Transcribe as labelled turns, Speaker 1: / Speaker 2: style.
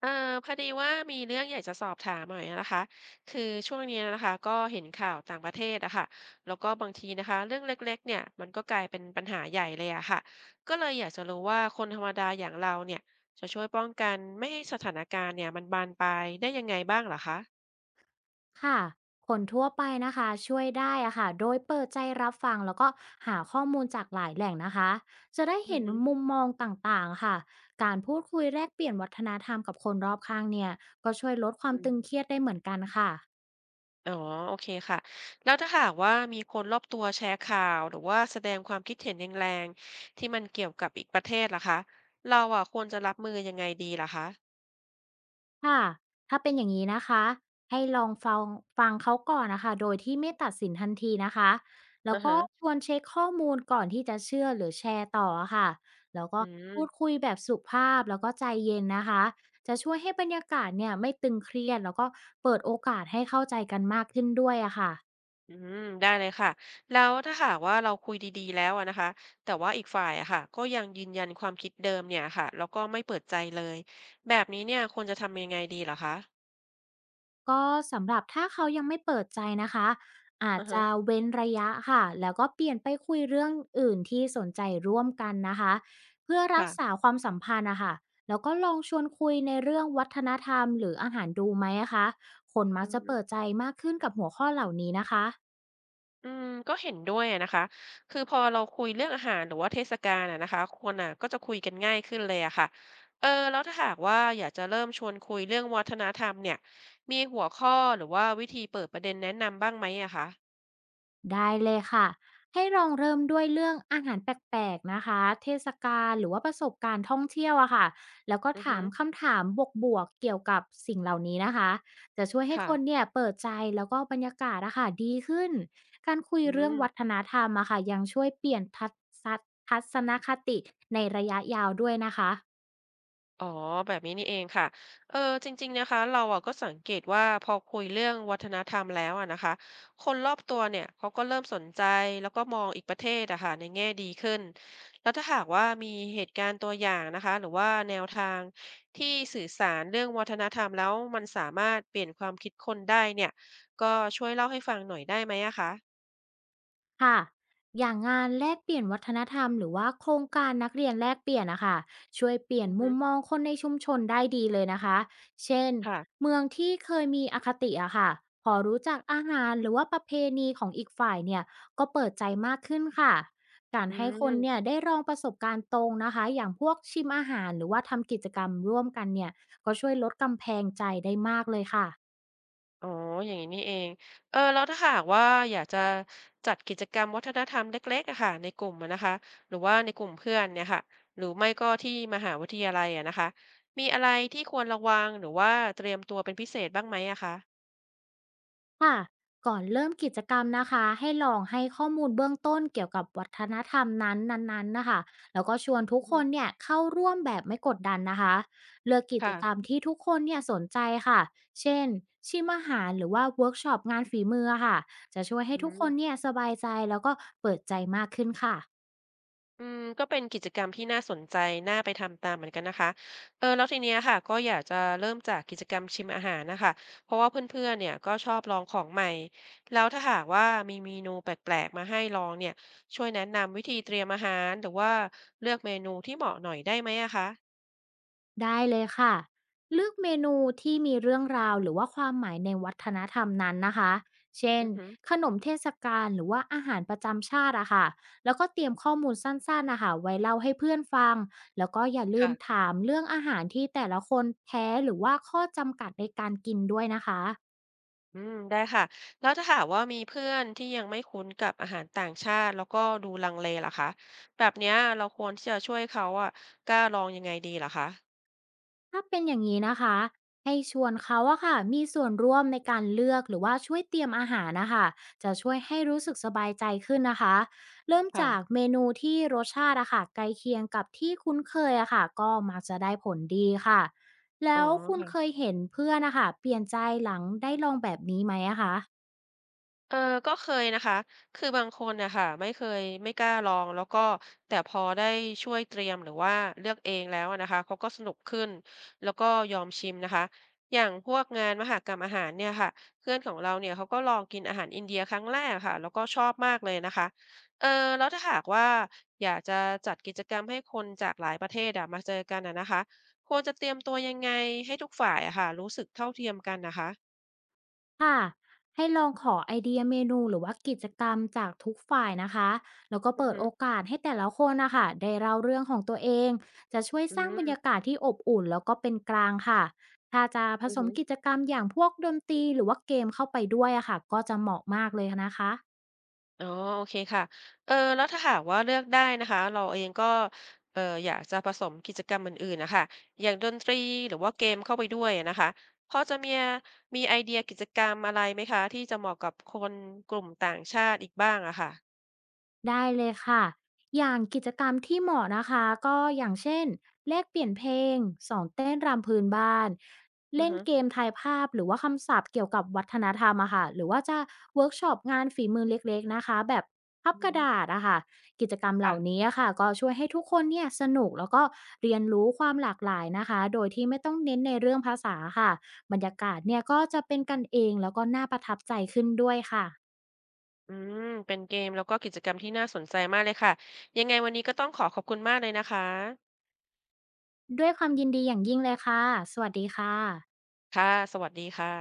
Speaker 1: เออพอดีว่ามีเรื่องอยากจะสอบถามหน่อยนะคะคือช่วงนี้นะคะก็เห็นข่าวต่างประเทศอะค่ะแล้วก็บางทีนะคะเรื่องเล็กๆเนี่ยมันก็กลายเป็นปัญหาใหญ่เลยอะค่ะก็เลยอยากจะรู้ว่าคนธรรมดาอย่างเราเนี่ยจะช่วยป้องกันไม่ให้สถานการณ์เนี่ยมันบานปลายได้ยังไงบ้างเหรอคะ
Speaker 2: ค่ะคนทั่วไปนะคะช่วยได้อะค่ะโดยเปิดใจรับฟังแล้วก็หาข้อมูลจากหลายแหล่งนะคะจะได้
Speaker 1: อื
Speaker 2: เห็
Speaker 1: อ
Speaker 2: น
Speaker 1: ฮึ
Speaker 2: มุมมองต่างๆค่ะการพูดคุยแลกเปลี่ยนวัฒนธรรมกับคนรอบข้างเนี่ยก็ช่วยลดความ
Speaker 1: อืม
Speaker 2: ตึงเครียดได้เหมือนกันค่ะ
Speaker 1: อ๋อโอเคค่ะแล้วถ้าหากว่ามีคนรอบตัวแชร์ข่าวหรือว่าแสดงความคิดเห็นแรงๆที่มันเกี่ยวกับอีกประเทศล่ะคะเราอะควรจะรับมือยังไงดีล่ะคะ
Speaker 2: ค่ะถ้าเป็นอย่างนี้นะคะให้ลองฟังเขาก่อนนะคะโดยที่ไม่ตัดสินทันทีนะคะ แล้
Speaker 1: อื
Speaker 2: ว
Speaker 1: อ
Speaker 2: ก็
Speaker 1: ฮะ
Speaker 2: ชวนเช็คข้อมูลก่อนที่จะเชื่อหรือแชร์ต่อค่ะแล้วก็
Speaker 1: อื
Speaker 2: พูด
Speaker 1: ม
Speaker 2: คุยแบบสุภาพแล้วก็ใจเย็นนะคะ จะช่วยให้บรรยากาศเนี่ยไม่ตึงเครียดแล้วก็เปิดโอกาสให้เข้าใจกันมากขึ้นด้วยอะค่ะ
Speaker 1: อืม ได้เลยค่ะ แล้วถ้าหากว่าเราคุยดีๆแล้วอะนะคะแต่ว่าอีกฝ่ายอะค่ะก็ยังยืนยันความคิดเดิมเนี่ยค่ะแล้วก็ไม่เปิดใจเลยแบบนี้เนี่ยควรจะทำยังไงดีเหรอคะ
Speaker 2: ก็สำหรับถ้าเขายังไม่เปิดใจนะคะอา
Speaker 1: อื
Speaker 2: จ
Speaker 1: อฮะ
Speaker 2: จะเว้นระยะค่ะแล้วก็เปลี่ยนไปคุยเรื่องอื่นที่สนใจร่วมกันนะคะเพื่อรักษา
Speaker 1: ค่ะ
Speaker 2: ความสัมพันธ์นะคะแล้วก็ลองชวนคุยในเรื่องวัฒนธรรมหรืออาหารดูไหมอะคะคนมั
Speaker 1: อื
Speaker 2: กจะเปิด
Speaker 1: ม
Speaker 2: ใจมากขึ้นกับหัวข้อเหล่านี้นะคะ
Speaker 1: อืมก็เห็นด้วยอะนะคะคือพอเราคุยเรื่องอาหารหรือว่าเทศกาลอะนะคะคนอะก็จะคุยกันง่ายขึ้นเลยอะค่ะเออแล้วถ้าหากว่าอยากจะเริ่มชวนคุยเรื่องวัฒนธรรมเนี่ยมีหัวข้อหรือว่าวิธีเปิดประเด็นแนะนำบ้างไหมอะคะ
Speaker 2: ได้เลยค่ะให้ลองเริ่มด้วยเรื่องอาหารแปลกๆนะคะเทศกาลหรือว่าประสบการณ์ท่องเที่ยวอะค่ะแล้วก็
Speaker 1: อือ
Speaker 2: ถา
Speaker 1: ฮึ
Speaker 2: มคำถามบวกๆเกี่ยวกับสิ่งเหล่านี้นะคะจะช่วยให้
Speaker 1: ค่ะ
Speaker 2: คนเนี่ยเปิดใจแล้วก็บรรยากาศอะค่ะดีขึ้นการคุย
Speaker 1: อื
Speaker 2: เรื่องวัฒ
Speaker 1: ม
Speaker 2: นธรรมอะค่ะยังช่วยเปลี่ยนศนทัศนคติในระยะยาวด้วยนะคะ
Speaker 1: อ๋อแบบนี้นี่เองค่ะอจริงๆนะคะเราอะก็สังเกตว่าพอคุยเรื่องวัฒนธรรมแล้วอะนะคะคนรอบตัวเนี่ยเขาก็เริ่มสนใจแล้วก็มองอีกประเทศอะค่ะในแง่ดีขึ้นแล้วถ้าหากว่ามีเหตุการณ์ตัวอย่างนะคะหรือว่าแนวทางที่สื่อสารเรื่องวัฒนธรรมแล้วมันสามารถเปลี่ยนความคิดคนได้เนี่ยก็ช่วยเล่าให้ฟังหน่อยได้ไหมอะคะ
Speaker 2: ค่ะอย่างงานแลกเปลี่ยนวัฒนธรรมหรือว่าโครงการนักเรียนแลกเปลี่ยนนะคะช่วยเปลี่ยน
Speaker 1: อือ
Speaker 2: มุ
Speaker 1: ฮึ
Speaker 2: มมองคนในชุมชนได้ดีเลยนะคะเช่น
Speaker 1: ค่ะ
Speaker 2: เมืองที่เคยมีอคติอะค่ะพอรู้จักอาหารหรือว่าประเพณีของอีกฝ่ายเนี่ยก็เปิดใจมากขึ้นค่ะการ
Speaker 1: อื
Speaker 2: ให้คนเนี่ย
Speaker 1: ม
Speaker 2: ได้ลองประสบการณ์ตรงนะคะอย่างพวกชิมอาหารหรือว่าทำกิจกรรมร่วมกันเนี่ยก็ช่วยลดกำแพงใจได้มากเลยค่ะ
Speaker 1: อ๋ออย่างนี้นี่เองเออแล้วถ้าหากว่าอยากจะจัดกิจกรรมวัฒนธรรมเล็กๆอะค่ะในกลุ่มอะนะคะหรือว่าในกลุ่มเพื่อนเนี่ยค่ะหรือไม่ก็ที่มหาวิทยาลัยอะนะคะมีอะไรที่ควรระวังหรือว่าเตรียมตัวเป็นพิเศษบ้างไหมอะคะ
Speaker 2: ค่ะก่อนเริ่มกิจกรรมนะคะให้ลองให้ข้อมูลเบื้องต้นเกี่ยวกับวัฒนธรรมนั้นๆนะคะแล้วก็ชวนทุก
Speaker 1: อือ
Speaker 2: ค
Speaker 1: ฮึ
Speaker 2: นเนี่ยเข้าร่วมแบบไม่กดดันนะคะเลือกกิจ
Speaker 1: ค่ะ
Speaker 2: กรรมที่ทุกคนเนี่ยสนใจค่ะเช่นชิมอาหารหรือว่าเวิร์กช็อปงานฝีมือค่ะจะช่วยให้
Speaker 1: อื
Speaker 2: ทุกคน
Speaker 1: ม
Speaker 2: เนี่ยสบายใจแล้วก็เปิดใจมากขึ้นค่ะ
Speaker 1: อืมก็เป็นกิจกรรมที่น่าสนใจน่าไปทำตามเหมือนกันนะคะ เออแล้วทีเนี้ยค่ะก็อยากจะเริ่มจากกิจกรรมชิมอาหารนะคะ เพราะว่าเพื่อนๆเนี่ยก็ชอบลองของใหม่ แล้วถ้าหากว่ามีเมนูแปลกๆมาให้ลองเนี่ย ช่วยแนะนำวิธีเตรียมอาหารหรือว่าเลือกเมนูที่เหมาะหน่อยได้ไหมอะคะ
Speaker 2: ได้เลยค่ะเลือกเมนูที่มีเรื่องราวหรือว่าความหมายในวัฒนธรรมนั้นนะคะเช่น
Speaker 1: อือฮึ
Speaker 2: ขนมเทศกาลหรือว่าอาหารประจำชาติอะค่ะแล้วก็เตรียมข้อมูลสั้นๆนะคะไว้เล่าให้เพื่อนฟังแล้วก็อย่าลื
Speaker 1: ค่ะ
Speaker 2: มถามเรื่องอาหารที่แต่ละคนแพ้หรือว่าข้อจำกัดในการกินด้วยนะคะ
Speaker 1: อืมได้ค่ะแล้วถ้าหากว่ามีเพื่อนที่ยังไม่คุ้นกับอาหารต่างชาติแล้วก็ดูลังเลล่ะคะแบบเนี้ยเราควรที่จะช่วยเขาอะกล้าลองยังไงดีล่คะ
Speaker 2: ถ้าเป็นอย่างนี้นะคะให้ชวนเขาอะค่ะมีส่วนร่วมในการเลือกหรือว่าช่วยเตรียมอาหารนะคะจะช่วยให้รู้สึกสบายใจขึ้นนะคะเริ่มจาก
Speaker 1: ค่ะ
Speaker 2: เมนูที่รสชาติอะค่ะใกล้เคียงกับที่คุ้นเคยอะค่ะก็มักจะได้ผลดีค่ะ
Speaker 1: อ๋
Speaker 2: แล้
Speaker 1: อ
Speaker 2: วคุณ
Speaker 1: ค่ะ
Speaker 2: เคยเห็นเพื่อนนะคะเปลี่ยนใจหลังได้ลองแบบนี้ไหมอะคะ
Speaker 1: เออก็เคยนะคะคือบางคนนะคะไม่เคยไม่กล้าลองแล้วก็แต่พอได้ช่วยเตรียมหรือว่าเลือกเองแล้วอะนะคะเขาก็สนุกขึ้นแล้วก็ยอมชิมนะคะอย่างพวกงานมหกรรมอาหารเนี่ยค่ะเพื่อนของเราเนี่ยเขาก็ลองกินอาหารอินเดียครั้งแรกค่ะแล้วก็ชอบมากเลยนะคะเออแล้วถ้าหากว่าอยากจะจัดกิจกรรมให้คนจากหลายประเทศอะมาเจอกันอะนะคะควรจะเตรียมตัวยังไงให้ทุกฝ่ายอะค่ะรู้สึกเท่าเทียมกันนะคะ
Speaker 2: ค่ะให้ลองขอไอเดียเมนูหรือว่ากิจกรรมจากทุกฝ่ายนะคะแล้วก็
Speaker 1: อือ
Speaker 2: เปิด
Speaker 1: หือ
Speaker 2: โอกาสให้แต่ละคนนะคะได้เล่าเรื่องของตัวเองจะช่วย
Speaker 1: อื
Speaker 2: สร้างบรรยา
Speaker 1: ม
Speaker 2: กาศที่อบอุ่นแล้วก็เป็นกลางค่ะถ้าจะผ
Speaker 1: อื
Speaker 2: สมกิ
Speaker 1: ม
Speaker 2: จกรรมอย่างพวกดนตรีหรือว่าเกมเข้าไปด้วยอะค่ะก็จะเหมาะมากเลยนะคะ
Speaker 1: อ๋อโอเคค่ะเออแล้วถ้าหากว่าเลือกได้นะคะเราเองก็ออยากจะผสมกิจกรรมอื่นๆนะคะอย่างดนตรีหรือว่าเกมเข้าไปด้วยะนะคะพอจะมีมีไอเดียกิจกรรมอะไรไหมคะที่จะเหมาะกับคนกลุ่มต่างชาติอีกบ้างอะค่ะ
Speaker 2: ได้เลยค่ะอย่างกิจกรรมที่เหมาะนะคะก็อย่างเช่นแลกเปลี่ยนเพลงสอนเต้นรำพื้นบ้าน
Speaker 1: อือ
Speaker 2: เล่น
Speaker 1: ฮึ
Speaker 2: เกมทายภาพหรือว่าคำศัพท์เกี่ยวกับวัฒนธรรมอะค่ะหรือว่าจะเวิร์กช็อปงานฝีมือเล็กๆนะคะแบบพับ
Speaker 1: อื
Speaker 2: กระดา
Speaker 1: ม
Speaker 2: ษอะค่ะกิจกรรมเห
Speaker 1: ค่ะ
Speaker 2: ล่านี้อะค่ะก็ช่วยให้ทุกคนเนี่ยสนุกแล้วก็เรียนรู้ความหลากหลายนะคะโดยที่ไม่ต้องเน้นในเรื่องภาษาค่ะบรรยากาศเนี่ยก็จะเป็นกันเองแล้วก็น่าประทับใจขึ้นด้วยค่ะ
Speaker 1: อืมเป็นเกมแล้วก็กิจกรรมที่น่าสนใจมากเลยค่ะยังไงวันนี้ก็ต้องขอขอบคุณมากเลยนะคะ
Speaker 2: ด้วยความยินดีอย่างยิ่งเลยค่ะ สวัสดีค่ะ
Speaker 1: ค่ะสวัสดีค่ะ